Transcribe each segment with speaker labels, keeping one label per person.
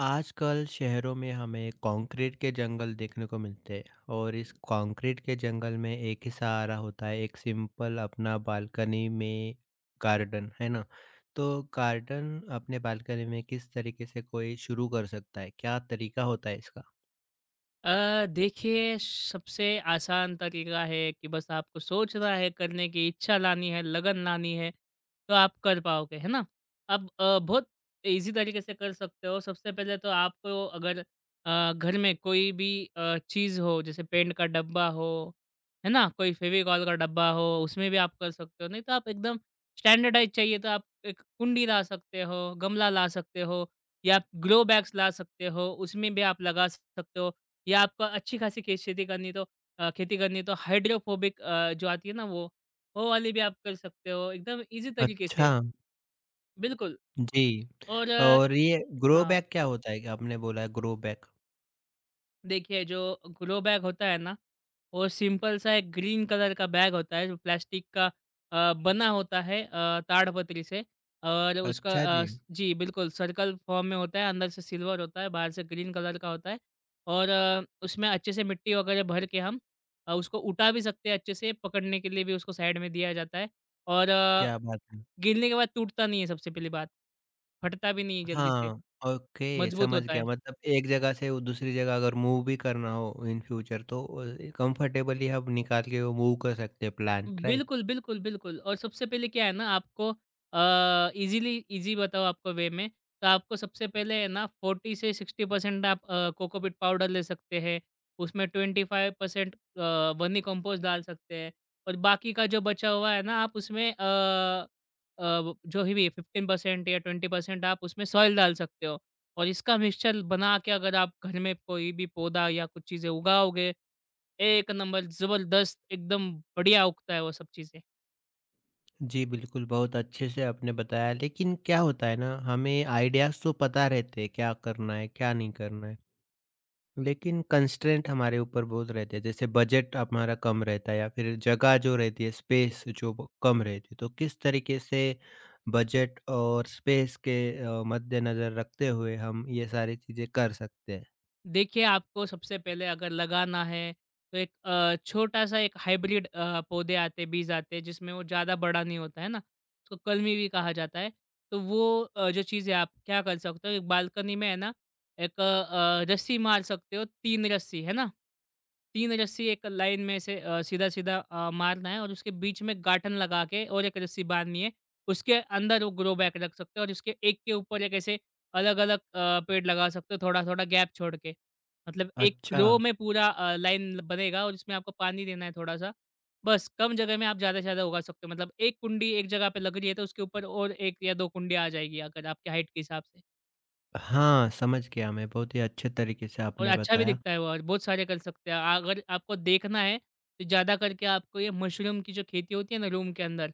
Speaker 1: आजकल शहरों में हमें कंक्रीट के जंगल देखने को मिलते हैं। और इस कंक्रीट के जंगल में एक ही सहारा होता है, एक सिंपल अपना बालकनी में गार्डन, है ना? तो गार्डन अपने बालकनी में किस तरीके से कोई शुरू कर सकता है, क्या तरीका होता है इसका?
Speaker 2: देखिए सबसे आसान तरीका है कि बस आपको सोचना है, करने की इच्छा लानी है, लगन लानी है, तो आप कर पाओगे, है ना? अब बहुत ईज़ी तरीके से कर सकते हो। सबसे पहले तो आपको अगर घर में कोई भी चीज़ हो जैसे पेंट का डब्बा हो, है ना? कोई फेविकॉल का डब्बा हो, उसमें भी आप कर सकते हो। नहीं तो आप एकदम स्टैंडर्डाइज़ चाहिए तो आप एक कुंडी ला सकते हो, गमला ला सकते हो या ग्रो बैग्स ला सकते हो, उसमें भी आप लगा सकते हो। या आपको अच्छी खासी खे खेती करनी तो खेती करनी तो हाइड्रोफोबिक जो आती है ना वो वाली भी आप कर सकते हो, एकदम ईज़ी तरीके से।
Speaker 1: अच्छा
Speaker 2: बिल्कुल।
Speaker 1: जी।
Speaker 2: और
Speaker 1: और ये ग्रो
Speaker 2: हाँ।
Speaker 1: बैग क्या होता है? आपने बोला ग्रो बैग।
Speaker 2: देखिए जो ग्रो बैग होता है ना, वो सिंपल सा एक ग्रीन कलर का बैग होता है जो प्लास्टिक का बना होता है ताड़पत्री से और उसका
Speaker 1: अच्छा
Speaker 2: अ,
Speaker 1: जी।
Speaker 2: स जी बिल्कुल सर्कल फॉर्म में होता है, अंदर से सिल्वर होता है, बाहर से ग्रीन कलर का होता है और उसमें अच्छे से मिट्टी वगैरह भर के हम उसको उठा भी सकते हैं अच्छे से, पकड़ने के लिए भी उसको साइड में दिया जाता है और
Speaker 1: क्या बात है।
Speaker 2: गिरने के बाद टूटता नहीं है सबसे पहली बात, फटता भी नहीं है जल्दी से,
Speaker 1: हाँ, ओके,
Speaker 2: मजबूत
Speaker 1: समझ
Speaker 2: होता
Speaker 1: गया।
Speaker 2: है।
Speaker 1: मतलब एक जगह से वो दूसरी जगह अगर मूव भी करना हो इन फ्यूचर तो कंफर्टेबली हम निकाल के वो मूव कर सकते हैं प्लान, राइट?
Speaker 2: बिल्कुल, बिल्कुल, बिल्कुल। और सबसे पहले क्या है ना आपको अ, ईज़िली ईज़ी बताऊँ आपको वे में, तो आपको सबसे पहले है ना 40 से 60% आप कोकोपीट पाउडर ले सकते हैं। उसमें 25% वर्मी कंपोस्ट डाल सकते हैं और बाकी का जो बचा हुआ है ना आप उसमें वो जो ही भी 15% या 20% आप उसमें सॉइल डाल सकते हो और इसका मिक्सचर बना के अगर आप घर में कोई भी पौधा या कुछ चीज़ें उगाओगे एक नंबर ज़बरदस्त, एकदम बढ़िया उगता है वो सब चीज़ें।
Speaker 1: जी, बिल्कुल, बहुत अच्छे से आपने बताया। लेकिन क्या होता है ना, हमें आइडियाज़ तो पता रहते हैं क्या करना है, क्या नहीं करना है। लेकिन कंस्ट्रेंट हमारे ऊपर बहुत रहते हैं, जैसे बजट हमारा कम रहता है या फिर जगह जो रहती है स्पेस जो वो कम रहती है। तो किस तरीके से बजट और स्पेस के मद्देनजर रखते हुए हम ये सारी चीजें कर सकते हैं?
Speaker 2: देखिए, आपको सबसे पहले अगर लगाना है, तो एक छोटा-सा एक हाइब्रिड पौधे आते हैं, बीज आते हैं, जिसमें वो ज़्यादा बड़ा नहीं होता, है ना? उसको कलमी भी कहा जाता है। तो वो जो चीज़ें आप क्या कर सकते हो, एक बालकनी में है ना, एक रस्सी मार सकते हो, 3 रस्सी, है ना? 3 रस्सी एक लाइन में से सीधा-सीधा मारना है और उसके बीच में गाँठन लगा के और एक रस्सी बाँधनी है। उसके अंदर वो ग्रो बैग रख सकते हो और उसके एक के ऊपर एक ऐसे अलग-अलग पेड़ लगा सकते हो, थोड़ा-थोड़ा गैप छोड़ के। मतलब एक
Speaker 1: अच्छा।
Speaker 2: रो में पूरा लाइन बनेगा और उसमें आपको पानी देना है थोड़ा-सा। बस कम जगह में आप ज़्यादा से ज़्यादा उगा सकते हो। मतलब 1 कुंडी एक जगह पे लग रही है तो उसके ऊपर और 1 या 2 कुंडी आ जाएगी अगर आपकी हाइट के हिसाब से।
Speaker 1: हाँ, समझ गया मैं। बहुत ही अच्छे तरीके से
Speaker 2: और
Speaker 1: आपने
Speaker 2: अच्छा भी
Speaker 1: बताया।
Speaker 2: दिखता है वो और बहुत सारे कर सकते हैं। अगर आपको देखना है तो ज़्यादा करके आपको ये मशरूम की जो खेती होती है ना रूम के अंदर,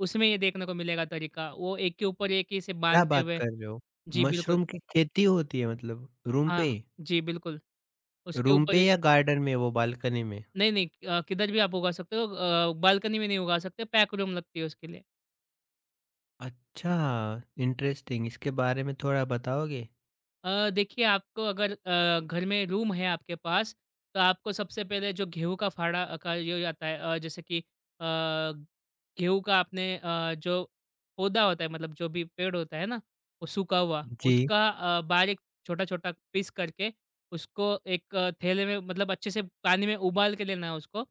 Speaker 2: उसमें ये देखने को मिलेगा तरीका। वो एक के ऊपर एक ही इसे
Speaker 1: क्या
Speaker 2: बाँधते
Speaker 1: बात
Speaker 2: हुए।
Speaker 1: कर रहे हो।
Speaker 2: जी बिल्कुल।
Speaker 1: मशरूम की खेती होती है मतलब रूम पे
Speaker 2: हाँ,
Speaker 1: ही?
Speaker 2: जी बिल्कुल। उसके
Speaker 1: रूम
Speaker 2: ऊपर
Speaker 1: पे या गार्डन में वो बालकनी में?
Speaker 2: नहीं, नहीं किधर भी आप उगा सकते हो बालकनी में नहीं उगा सकते, पैक रूम लगती है उसके लिए।
Speaker 1: अच्छा, इंटरेस्टिंग। इसके बारे में थोड़ा बताओगे?
Speaker 2: देखिए आपको अगर घर में रूम है आपके पास तो आपको सबसे पहले जो गेहूँ का फाड़ा अ, का ये हो जाता है जैसे कि गेहूँ का आपने जो पौधा होता है मतलब जो भी पेड़ होता है ना वो सूखा हुआ,
Speaker 1: जी।
Speaker 2: उसका बारीक छोटा छोटा पीस करके उसको एक थैले में मतलब अच्छे से पानी में उबाल के लेना है उसको।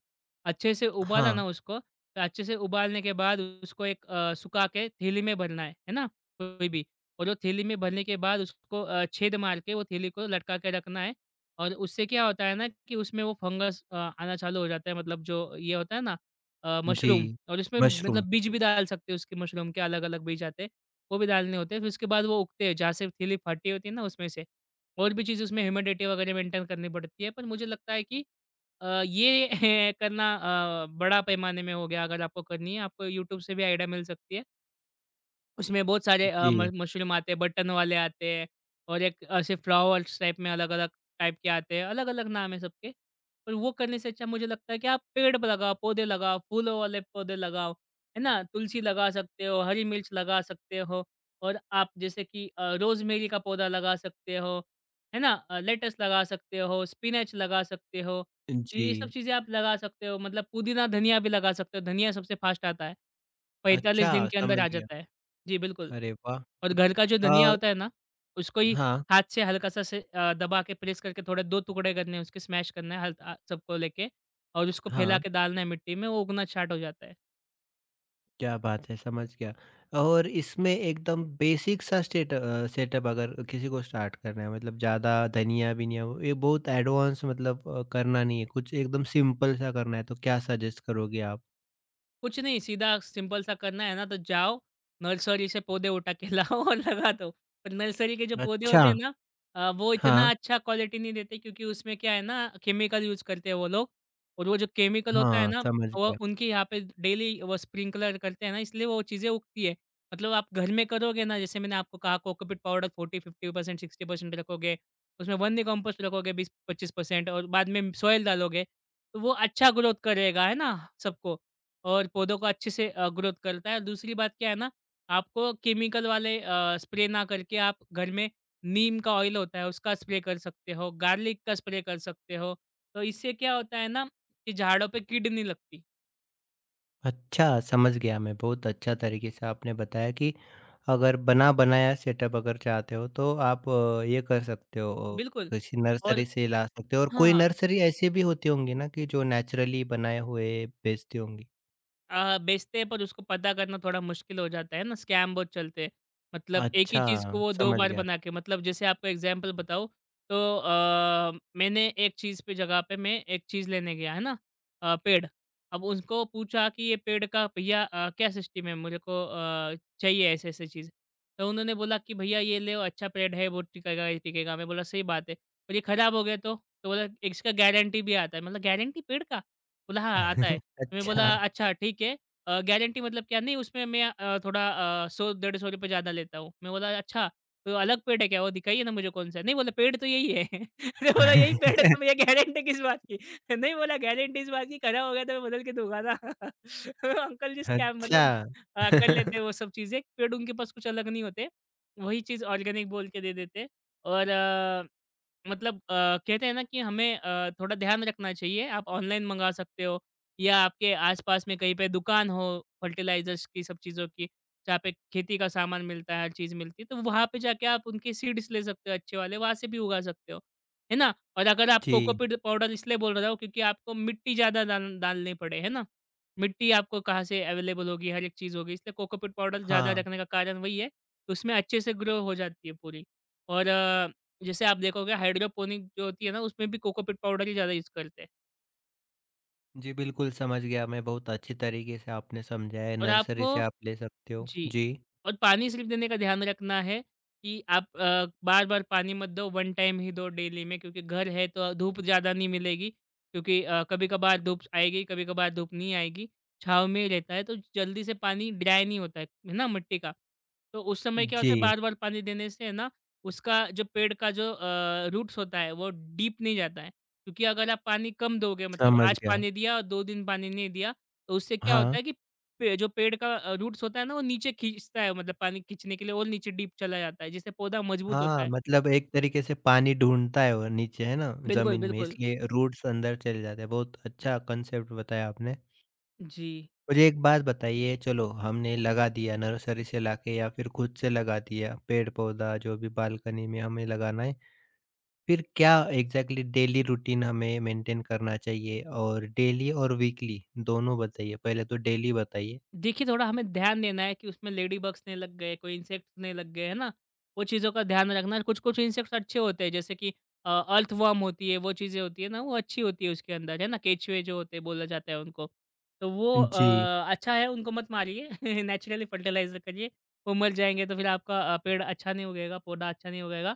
Speaker 2: अच्छे से उबाला
Speaker 1: हाँ,
Speaker 2: ना उसको, तो अच्छे से उबालने के बाद उसको एक सुखा के थैली में भरना है ना, कोई भी। और वो थैली में भरने के बाद उसको छेद मार के वो थैली को लटका के रखना है और उससे क्या होता है ना कि उसमें वो फंगस आना चालू हो जाता है मतलब जो ये होता है ना
Speaker 1: जी,
Speaker 2: मशरूम। और उसमें मतलब
Speaker 1: मशरूम,
Speaker 2: बीज भी डाल सकते हैं उसके, मशरूम के अलग अलग बीज आते हैं, वो भी डालने होते हैं। फिर उसके बाद वो उगते हैं जहाँ से थैली फटी होती है ना उसमें से। और भी चीज़ उसमें ह्यूमिडिटी वगैरह मेंटेन करनी पड़ती है पर मुझे लगता है कि ये करना बड़ा पैमाने में हो गया। अगर आपको करनी है आपको यूट्यूब से भी आइडिया मिल सकती है। उसमें बहुत सारे अ, म
Speaker 1: जी,
Speaker 2: मशरूम आते हैं, बटन वाले आते हैं और एक ऐसे फ्लावर्स टाइप में अलग-अलग टाइप के आते हैं, अलग-अलग नाम है सबके। पर वो करने से अच्छा मुझे लगता है कि आप पेड़ पे लगाओ, पौधे लगाओ, फूलों वाले पौधे लगाओ, है ना? तुलसी लगा सकते हो, हरी मिर्च लगा सकते हो और आप जैसे कि रोज़मेरी का पौधा लगा सकते हो, है ना? लेटस लगा सकते हो, स्पिनच लगा सकते हो। तो ये सब
Speaker 1: जी,
Speaker 2: चीज़ें आप लगा सकते हो, मतलब पुदीना, धनिया भी लगा सकते हो। धनिया सबसे फ़ास्ट आता है, 45 दिन
Speaker 1: अच्छा
Speaker 2: के अंदर
Speaker 1: समझ
Speaker 2: आ
Speaker 1: गया,
Speaker 2: जाता है। जी, बिल्कुल।
Speaker 1: अरे वाह!
Speaker 2: और घर का जो धनिया
Speaker 1: और
Speaker 2: होता है ना, उसको ही
Speaker 1: हाँ,
Speaker 2: हाथ से हल्का-सा से दबा के प्रेस करके थोड़े 2 टुकड़े करने हैं, उसके स्मैश करना है सबको लेके और उसको फैला
Speaker 1: हाँ,
Speaker 2: के डालना है मिट्टी में, वो उगना स्टार्ट हो जाता है।
Speaker 1: क्या बात है, समझ गया। और इसमें एकदम बेसिक सा स्टेट सेटअप अगर किसी को स्टार्ट करना है, मतलब ज़्यादा धनिया-वनिया वो ये बहुत एडवांस मतलब करना नहीं है, कुछ एकदम सिंपल सा करना है, तो क्या सजेस्ट करोगे आप?
Speaker 2: कुछ नहीं, सीधा सिंपल सा करना है ना तो जाओ, नर्सरी से पौधे उठा के लाओ और लगा दो। पर नर्सरी के जो पौधे
Speaker 1: अच्छा,
Speaker 2: होते हैं ना वो इतना
Speaker 1: हाँ,
Speaker 2: अच्छा क्वालिटी नहीं देते क्योंकि उसमें क्या है ना केमिकल यूज़ करते हैं वो लोग। और वो जो केमिकल होता है
Speaker 1: हाँ,
Speaker 2: ना,
Speaker 1: समझ
Speaker 2: वो
Speaker 1: गया।
Speaker 2: उनके यहाँ पे डेली वो स्प्रिंकलर करते हैं ना इसलिए वो चीज़ें उगती है। मतलब आप घर में करोगे ना जैसे मैंने आपको कहा कोकोपीट पाउडर 40-50% 60% रखोगे, उसमें वर्मी कंपोस्ट रखोगे 20-25% और बाद में सोइल डालोगे, तो वो अच्छा ग्रोथ करेगा, है ना सबको। और पौधों को अच्छे से ग्रोथ करता है। और दूसरी बात क्या है ना, आपको केमिकल वाले स्प्रे ना करके आप घर में नीम का ऑयल होता है, उसका स्प्रे कर सकते हो, गार्लिक का स्प्रे कर सकते हो। तो इससे क्या होता है ना कि झाड़ों पे कीड नहीं लगती।
Speaker 1: अच्छा, समझ गया मैं। बहुत अच्छा तरीके से आपने बताया कि अगर बना-बनाया सेटअप अगर चाहते हो तो आप ये कर सकते हो,
Speaker 2: बिल्कुल।
Speaker 1: किसी
Speaker 2: और
Speaker 1: नर्सरी से ला सकते हो। और कोई
Speaker 2: हाँ।
Speaker 1: नर्सरी ऐसी भी होती होंगी ना कि जो नेचुरली बनाए हुए बेचती होंगी?
Speaker 2: बेचते हैं पर उसको पता करना थोड़ा मुश्किल हो जाता है ना, स्कैम बहुत चलते हैं। मतलब एक ही चीज़ को
Speaker 1: अच्छा,
Speaker 2: वो 2
Speaker 1: समझ
Speaker 2: बार
Speaker 1: गया।
Speaker 2: बना के, मतलब जैसे आपको एग्ज़ाम्पल बताऊँ, तो मैंने एक चीज़ पे जगह पे मैं एक चीज़ लेने गया, है ना? पेड़। अब उनको पूछा कि ये पेड़ का भैया क्या सिस्टम है, मेरे को चाहिए ऐसे-ऐसे चीज़। तो उन्होंने बोला कि भैया ये ले लो, अच्छा पेड़ है, वो टिकेगा, ये टिकेगा। मैं बोला सही बात है। पर ये खराब हो गया तो? तो बोला इसका गारंटी भी आता है। मतलब गारंटी पेड़ का? बोला हाँ, आता है। तो मैं बोला,
Speaker 1: अच्छा।
Speaker 2: "अच्छा, ठीक है। गारंटी मतलब क्या?" "नहीं, उसमें मैं थोड़ा 100 150 रुपए ज़्यादा लेता हूँ।" मैं बोला, "अच्छा, तो अलग पेड़ है क्या? वो दिखाइए ना मुझे कौन-सा है।" "नहीं," बोला, "पेड़ तो यही है।" मैंने बोला, "यही पेड़ है, तो भैया गारंटी किस बात की?" "नहीं," बोला, "गारंटी इस बात की, खराब हो गया तो मैं बदल के दूँगा ना।" तो अंकल जी स्कैम
Speaker 1: अच्छा।
Speaker 2: मतलब कर लेते हैं वो सब चीज़ें। पेड़ उनके पास कुछ अलग नहीं होते। वही चीज़ ऑर्गेनिक बोल के दे देते। और मतलब कहते हैं ना कि हमें थोड़ा ध्यान रखना चाहिए। आप ऑनलाइन मँगा सकते हो या आपके आस-पास में कहीं पे दुकान हो फर्टिलाइज़र्स की, सब चीज़ों की, जहाँ पे खेती का सामान मिलता है, हर चीज़ मिलती है। तो वहाँ पे जाके आप उनके सीड्स ले सकते हो अच्छे वाले, वहाँ से भी उगा सकते हो, है ना? और अगर आप
Speaker 1: जी।
Speaker 2: कोकोपीट पाउडर इसलिए बोल रहा हूँ क्योंकि आपको मिट्टी ज़्यादा डालनी पड़े, है ना? मिट्टी आपको कहाँ से अवेलेबल होगी, हर एक चीज़ होगी, इसलिए कोकोपीट पाउडर ज़्यादा
Speaker 1: हाँ,
Speaker 2: रखने का कारण वही है, उसमें अच्छे से ग्रो हो जाती है पूरी। और जैसे आप देखोगे हाइड्रोपोनिक जो होती है ना, उसमें भी कोकोपीट पाउडर ही ज़्यादा यूज़ करते हैं।
Speaker 1: जी बिल्कुल समझ गया मैं। बहुत अच्छी तरीके से आपने समझाया है,
Speaker 2: और
Speaker 1: नर्सरी
Speaker 2: आपको
Speaker 1: से आप ले सकते हो।
Speaker 2: जी,
Speaker 1: जी।
Speaker 2: और पानी सिर्फ़ देने का ध्यान रखना है कि आप बार-बार पानी मत दो, वन टाइम ही दो डेली में क्योंकि घर है तो धूप ज़्यादा नहीं मिलेगी क्योंकि कभी-कभार धूप आएगी, कभी-कभार धूप नहीं आएगी। छाँव में ही रहता है तो जल्दी से पानी ड्राई नहीं होता है ना, मिट्टी का। तो उस समय क्या होता है
Speaker 1: जी,
Speaker 2: बार-बार पानी देने से है ना, उसका जो पेड़ का जो रूट्स होता है वो डीप नहीं जाता है। क्योंकि अगर आप पानी कम दोगे मतलब
Speaker 1: समझ
Speaker 2: आज
Speaker 1: गया।
Speaker 2: पानी दिया और 2 दिन पानी नहीं दिया, तो उससे क्या होता
Speaker 1: हाँ,
Speaker 2: है कि पे जो पेड़ का रूट्स होता है ना, वो नीचे खींचता है मतलब पानी खींचने के लिए और नीचे डीप चला जाता है, जिससे पौधा मजबूत होता
Speaker 1: हाँ,
Speaker 2: है।
Speaker 1: मतलब एक तरीके से पानी ढूँढता है वो नीचे, है ना?
Speaker 2: बिल्कुल,
Speaker 1: ज़मीन में,
Speaker 2: बिल्कुल।
Speaker 1: इसलिए रूट्स अंदर चले जाते हैं। बहुत अच्छा कॉन्सेप्ट बताया आपने।
Speaker 2: जी।
Speaker 1: मुझे एक बात बताइए, चलो हमने लगा दिया नर्सरी से लाके या फिर खुद से लगा दिया पेड़-पौधा जो भी बालकनी में हमें लगाना है। फिर क्या एग्ज़ैक्टली डेली रूटीन हमें मेंटेन करना चाहिए, और डेली और वीकली दोनों बताइए? पहले तो डेली बताइए।
Speaker 2: देखिए, थोड़ा हमें ध्यान देना है कि उसमें लेडी बग्स नहीं लग गए, कोई इंसेक्ट्स नहीं लग गए, है ना? वो चीज़ों का ध्यान रखना है। कुछ-कुछ इंसेक्ट्स अच्छे होते हैं, जैसे कि अ, अर्थवर्म होती है, वो चीज़ें होती हैं ना, वो अच्छी होती है उसके अंदर, है ना? केचुए जो होते हैं, बोला जाता है उनको। तो वो
Speaker 1: जी,
Speaker 2: अच्छा है, उनको मत मारिए, नेचुरली फर्टिलाइज़र करिए। वो मर जाएँगे, तो फिर आपका पेड़ अच्छा नहीं उगेगा, पौधा अच्छा नहीं उगेगा।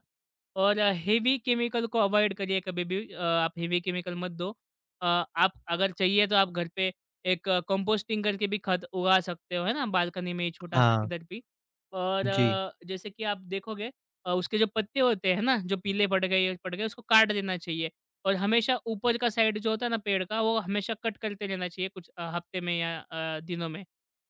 Speaker 2: और हेवी केमिकल को अवॉइड करिए कभी भी। आप हेवी केमिकल मत दो। आप अगर चाहिए, तो आप घर पे एक कंपोस्टिंग करके भी खत उगा सकते हो, है ना? बालकनी में ही छोटा-सा
Speaker 1: हाँ,
Speaker 2: किधर भी। और
Speaker 1: जी।
Speaker 2: जैसे कि आप देखोगे उसके जो पत्ते होते हैं ना, जो पीले पड़ गए ये पड़ गए, उसको काट देना चाहिए। और हमेशा ऊपर का साइड जो होता है ना पेड़ का, वो हमेशा कट करते रहना चाहिए कुछ हफ्ते में या दिनों में।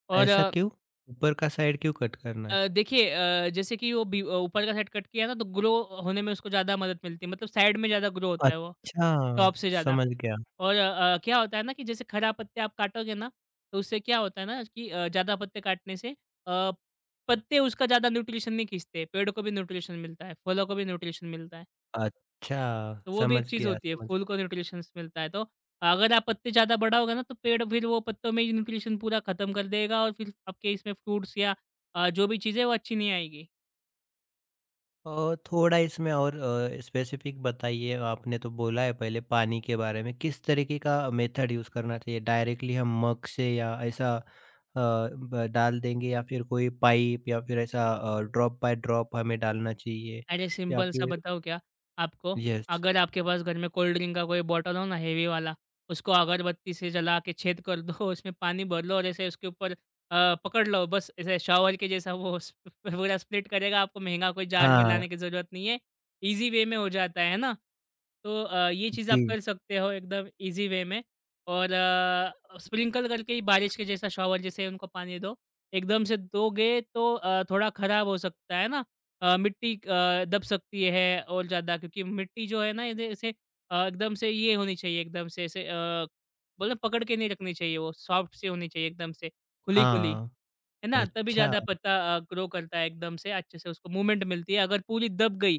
Speaker 2: और
Speaker 1: ऐसा क्यों? ऊपर का साइड क्यों कट करना है?
Speaker 2: देखिए जैसे कि वो बी ऊपर का साइड कट किया ना तो ग्रो होने में उसको ज़्यादा मदद मिलती है। मतलब साइड में ज़्यादा ग्रो होता है वो,
Speaker 1: अच्छा,
Speaker 2: टॉप से ज़्यादा।
Speaker 1: समझ गया।
Speaker 2: और अ, क्या होता है ना कि जैसे खरा पत्ते आप काटोगे ना, तो उससे क्या होता है ना कि ज़्यादा पत्ते काटने से अ, पत्ते उसका ज़्यादा न्यूट्रिशन नहीं खींचते, पेड़ को भी न्यूट्रिशन मिलता है, फलों को भी न्यूट्रिशन मिलता है।
Speaker 1: अच्छा,
Speaker 2: तो वो भी एक
Speaker 1: समझ
Speaker 2: चीज़
Speaker 1: गया,
Speaker 2: होती है,
Speaker 1: समझ
Speaker 2: फूल
Speaker 1: गया।
Speaker 2: को न्यूट्रिशंस मिलता है। तो अगर आप पत्ते ज़्यादा बढ़ाओगे ना तो पेड़ फिर वो पत्तों में ही न्यूट्रिशन पूरा खत्म कर देगा और फिर आपके इसमें फ्रूट्स या जो भी चीज़ है वो अच्छी नहीं आएगी।
Speaker 1: और थोड़ा इसमें और स्पेसिफ़िक बताइए, आपने तो बोला है पहले पानी के बारे में, किस तरीके का मेथड यूज़ करना चाहिए? डायरेक्टली हम मग से या ऐसा ब डाल देंगे या फिर कोई पाइप, या फिर ऐसा ड्रॉप बाय ड्रॉप हमें डालना चाहिए
Speaker 2: अरे
Speaker 1: या
Speaker 2: सिंपल सा
Speaker 1: फिर?
Speaker 2: बताऊँ क्या आपको?
Speaker 1: यस।
Speaker 2: अगर आपके पास घर में कोल्ड ड्रिंक का कोई बॉटल हो ना हेवी वाला, उसको अगरबत्ती से जला के छेद कर दो, उसमें पानी भर लो और ऐसे उसके ऊपर पकड़ लो बस ऐसे शॉवर के जैसा वो स पूरा स्प्लिट करेगा, आपको महँगा कोई जार भी
Speaker 1: हाँ,
Speaker 2: लाने की ज़रूरत नहीं है। ईज़ी वे में हो जाता है ना? तो ये चीज़
Speaker 1: जी।
Speaker 2: आप कर सकते हो एकदम ईज़ी वे में। और स्प्रिंकल करके ही बारिश के जैसा शॉवर जैसे उनको पानी दो। एकदम से दोगे तो थोड़ा खराब हो सकता है ना? मिट्टी दब सकती है और ज़्यादा क्योंकि मिट्टी जो है ना इधे इसे एकदम से ये होनी चाहिए एकदम से ऐसे बोले पकड़ के नहीं रखनी चाहिए वो, सॉफ्ट सी होनी चाहिए एकदम से, खुली-खुली,
Speaker 1: हाँ,
Speaker 2: है ना? तभी
Speaker 1: अच्छा,
Speaker 2: ज़्यादा पत्ता ग्रो करता है एकदम से अच्छे से उसको मूवमेंट मिलती है, अगर पूरी दब गई,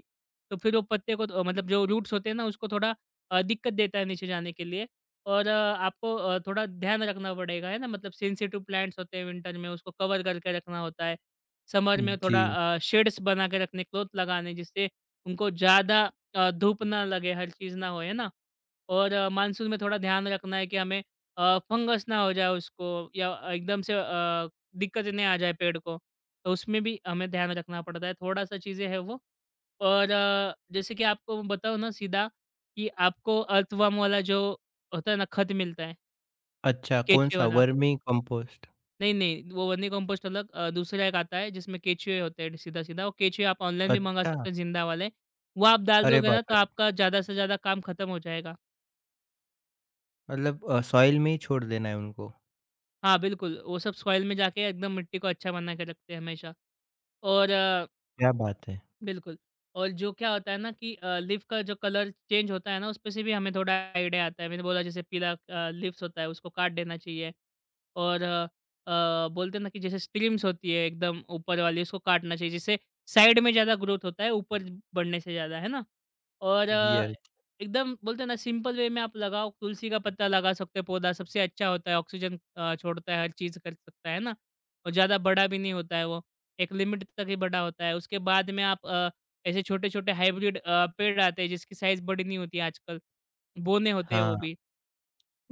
Speaker 2: तो फिर वो पत्ते को मतलब जो रूट्स होते हैं ना उसको थोड़ा दिक्कत देता है नीचे जाने के लिए। और आपको थोड़ा ध्यान रखना पड़ेगा, है ना? मतलब सेंसिटिव प्लांट्स होते हैं विंटर में उसको कवर करके रखना होता है। समर में
Speaker 1: जी।
Speaker 2: थोड़ा शेड्स बना के रखने, क्लॉथ लगाने जिससे उनको ज़्यादा धूप ना लगे, हर चीज़ ना हो, है ना? और मानसून में थोड़ा ध्यान रखना है कि हमें फंगस ना हो जाए उसको या एकदम से दिक्कत नहीं आ जाए पेड़ को, तो उसमें भी हमें ध्यान रखना पड़ता है, थोड़ा-सा चीज़ें हैं वो। और जैसे कि आपको मैं बताऊँ ना सीधा कि आपको अर्थवर्म वाला जो होता है ना खत मिलता है,
Speaker 1: अच्छा,
Speaker 2: केचुए
Speaker 1: कौन-सा
Speaker 2: वाला।
Speaker 1: Vermicompost?
Speaker 2: नहीं, नहीं, वो वर्मी कंपोस्ट अलग दूसरा एक आता है जिसमें केचुए होते हैं सीधा-सीधा, वो केचुए आप ऑनलाइन भी मँगा
Speaker 1: अच्छा,
Speaker 2: सकते हैं ज़िंदा वाले। वो आप डाल
Speaker 1: अरे
Speaker 2: दोगे ना
Speaker 1: बाप
Speaker 2: तो
Speaker 1: रे!
Speaker 2: आपका ज़्यादा से ज़्यादा काम खत्म हो जाएगा।
Speaker 1: मतलब सॉइल में ही छोड़ देना है उनको।
Speaker 2: हाँ, बिल्कुल, वो सब सॉइल में जाके एकदम मिट्टी को अच्छा बना के रखते हैं हमेशा। और अ,
Speaker 1: क्या बात है!
Speaker 2: बिल्कुल। और जो क्या होता है ना कि लीफ का जो कलर चेंज होता है ना उसपे से भी हमें थोड़ा आइडिया आता है। मैंने बोला जैसे पीला लीव्स होता है उसको काट देना चाहिए। और अ बोलते हैं ना कि जैसे स्ट्रीम्स होती है एकदम ऊपर वाली उसको काटना चाहिए जिससे साइड में ज़्यादा ग्रोथ होता है ऊपर बढ़ने से ज़्यादा है ना? और
Speaker 1: यस,
Speaker 2: एकदम बोलते हैं ना सिंपल वे में आप लगाओ तुलसी का पत्ता लगा सकते हो पौधा सबसे अच्छा होता है ऑक्सीजन छोड़ता है हर चीज़ कर सकता है ना? और ज़्यादा बड़ा भी नहीं होता है वो, एक लिमिट तक ही बड़ा होता है। उसके बाद में आप ऐसे छोटे-छोटे हाइब्रिड पेड़ आते हैं जिसकी साइज़ बड़ी नहीं होती है आजकल, बोने होते हैं
Speaker 1: हाँ,
Speaker 2: वो भी।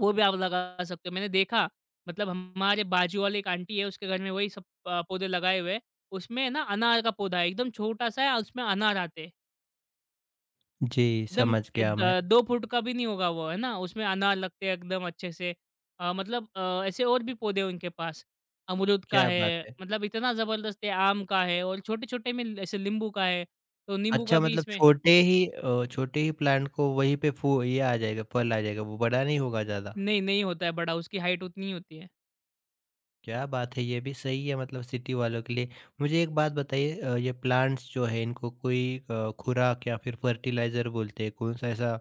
Speaker 2: वो भी आप लगा सकते हो। मैंने देखा मतलब हमारे बाजू वाली एक आंटी है उसके घर में वही सब पौधे लगाए हुए हैं। उसमें है ना अनार का पौधा है एकदम छोटा-सा है और उसमें अनार आते हैं।
Speaker 1: जी,
Speaker 2: एकदम
Speaker 1: समझ
Speaker 2: ए,
Speaker 1: गया मैं।
Speaker 2: द 2 फुट का भी नहीं होगा वो, है ना? उसमें अनार लगते हैं एकदम अच्छे से। मतलब ऐसे और भी पौधे हैं उनके पास। अमरूद का
Speaker 1: क्या बात
Speaker 2: है,
Speaker 1: है!
Speaker 2: मतलब इतना ज़बरदस्त है, आम का है और छोटे-छोटे में ऐसे नींबू का है। तो नींबू का
Speaker 1: अच्छा,
Speaker 2: भी
Speaker 1: मतलब
Speaker 2: इसमें
Speaker 1: छोटे ही छोटे ही प्लांट को वहीं पे फू ये आ जाएगा, फल आ जाएगा, वो बड़ा नहीं होगा ज़्यादा।
Speaker 2: नहीं, नहीं होता है बड़ा, उसकी हाइट उतनी ही होती है।
Speaker 1: क्या बात है! ये भी सही है मतलब सिटी वालों के लिए। मुझे एक बात बताइए, ये प्लांट्स जो है इनको कोई खुराक या फिर फर्टिलाइज़र बोलते हैं, कौन-सा ऐसा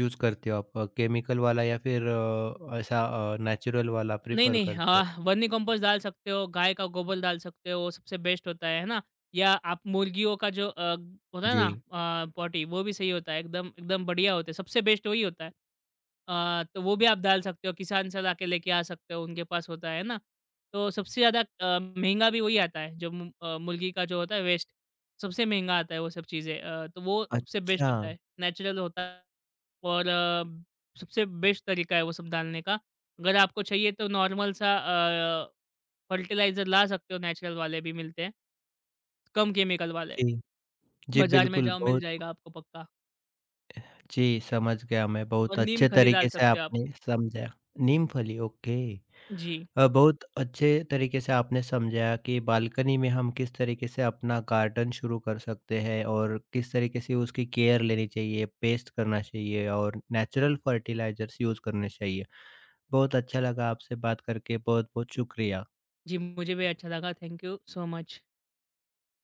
Speaker 1: यूज़ करते हो आप? केमिकल वाला या फिर ऐसा नेचुरल वाला
Speaker 2: नहीं,
Speaker 1: प्रेफ़र
Speaker 2: नहीं।
Speaker 1: करते हो?
Speaker 2: हाँ, वर्मी कंपोस्ट डाल सकते हो, गाय का गोबर डाल सकते हो, वो सबसे बेस्ट होता है ना? या आप मुर्गियों का जो होता है ना
Speaker 1: जी।
Speaker 2: पॉटी, वो भी सही होता है, एकदम एकदम बढ़िया होते हैं, सबसे बेस्ट वही होता है। तो वो भी आप डाल सकते हो, किसान से लाके लेके आ सकते हो, उनके पास होता है ना? तो सबसे ज़्यादा महँगा भी वही आता है, जो मुर्गी का जो होता है वेस्ट, सबसे महँगा आता है वो सब चीज़ें तो वो सबसे बेस्ट
Speaker 1: अच्छा,
Speaker 2: होता है, नेचुरल होता है। और सबसे बेस्ट तरीका है वो सब डालने का। अगर आपको चाहिए तो नॉर्मल सा फर्टिलाइज़र ला सकते हो नेचुरल वाले भी मिलते हैं। कम केमिकल वाले,
Speaker 1: जी। जी,
Speaker 2: बाज़ार में
Speaker 1: बिल्कुल,
Speaker 2: जाओ मिल
Speaker 1: बहुत।
Speaker 2: जाएगा आपको पक्का।
Speaker 1: जी, समझ गया मैं,
Speaker 2: और
Speaker 1: बहुत
Speaker 2: नीम
Speaker 1: अच्छे
Speaker 2: खली डाल
Speaker 1: तरीके से
Speaker 2: सकते हो आप।
Speaker 1: आपने समझाया। नीमफली, ओके।
Speaker 2: जी,
Speaker 1: बहुत अच्छे तरीके से आपने समझाया कि बालकनी में हम किस तरीके से अपना गार्डन शुरू कर सकते हैं और किस तरीके से उसकी केयर लेनी चाहिए, पेस्ट करना चाहिए और नेचुरल फर्टिलाइज़र्स यूज़ करने चाहिए। बहुत अच्छा लगा आपसे बात करके, बहुत-बहुत शुक्रिया।
Speaker 2: जी मुझे भी अच्छा लगा, थैंक यू सो मच।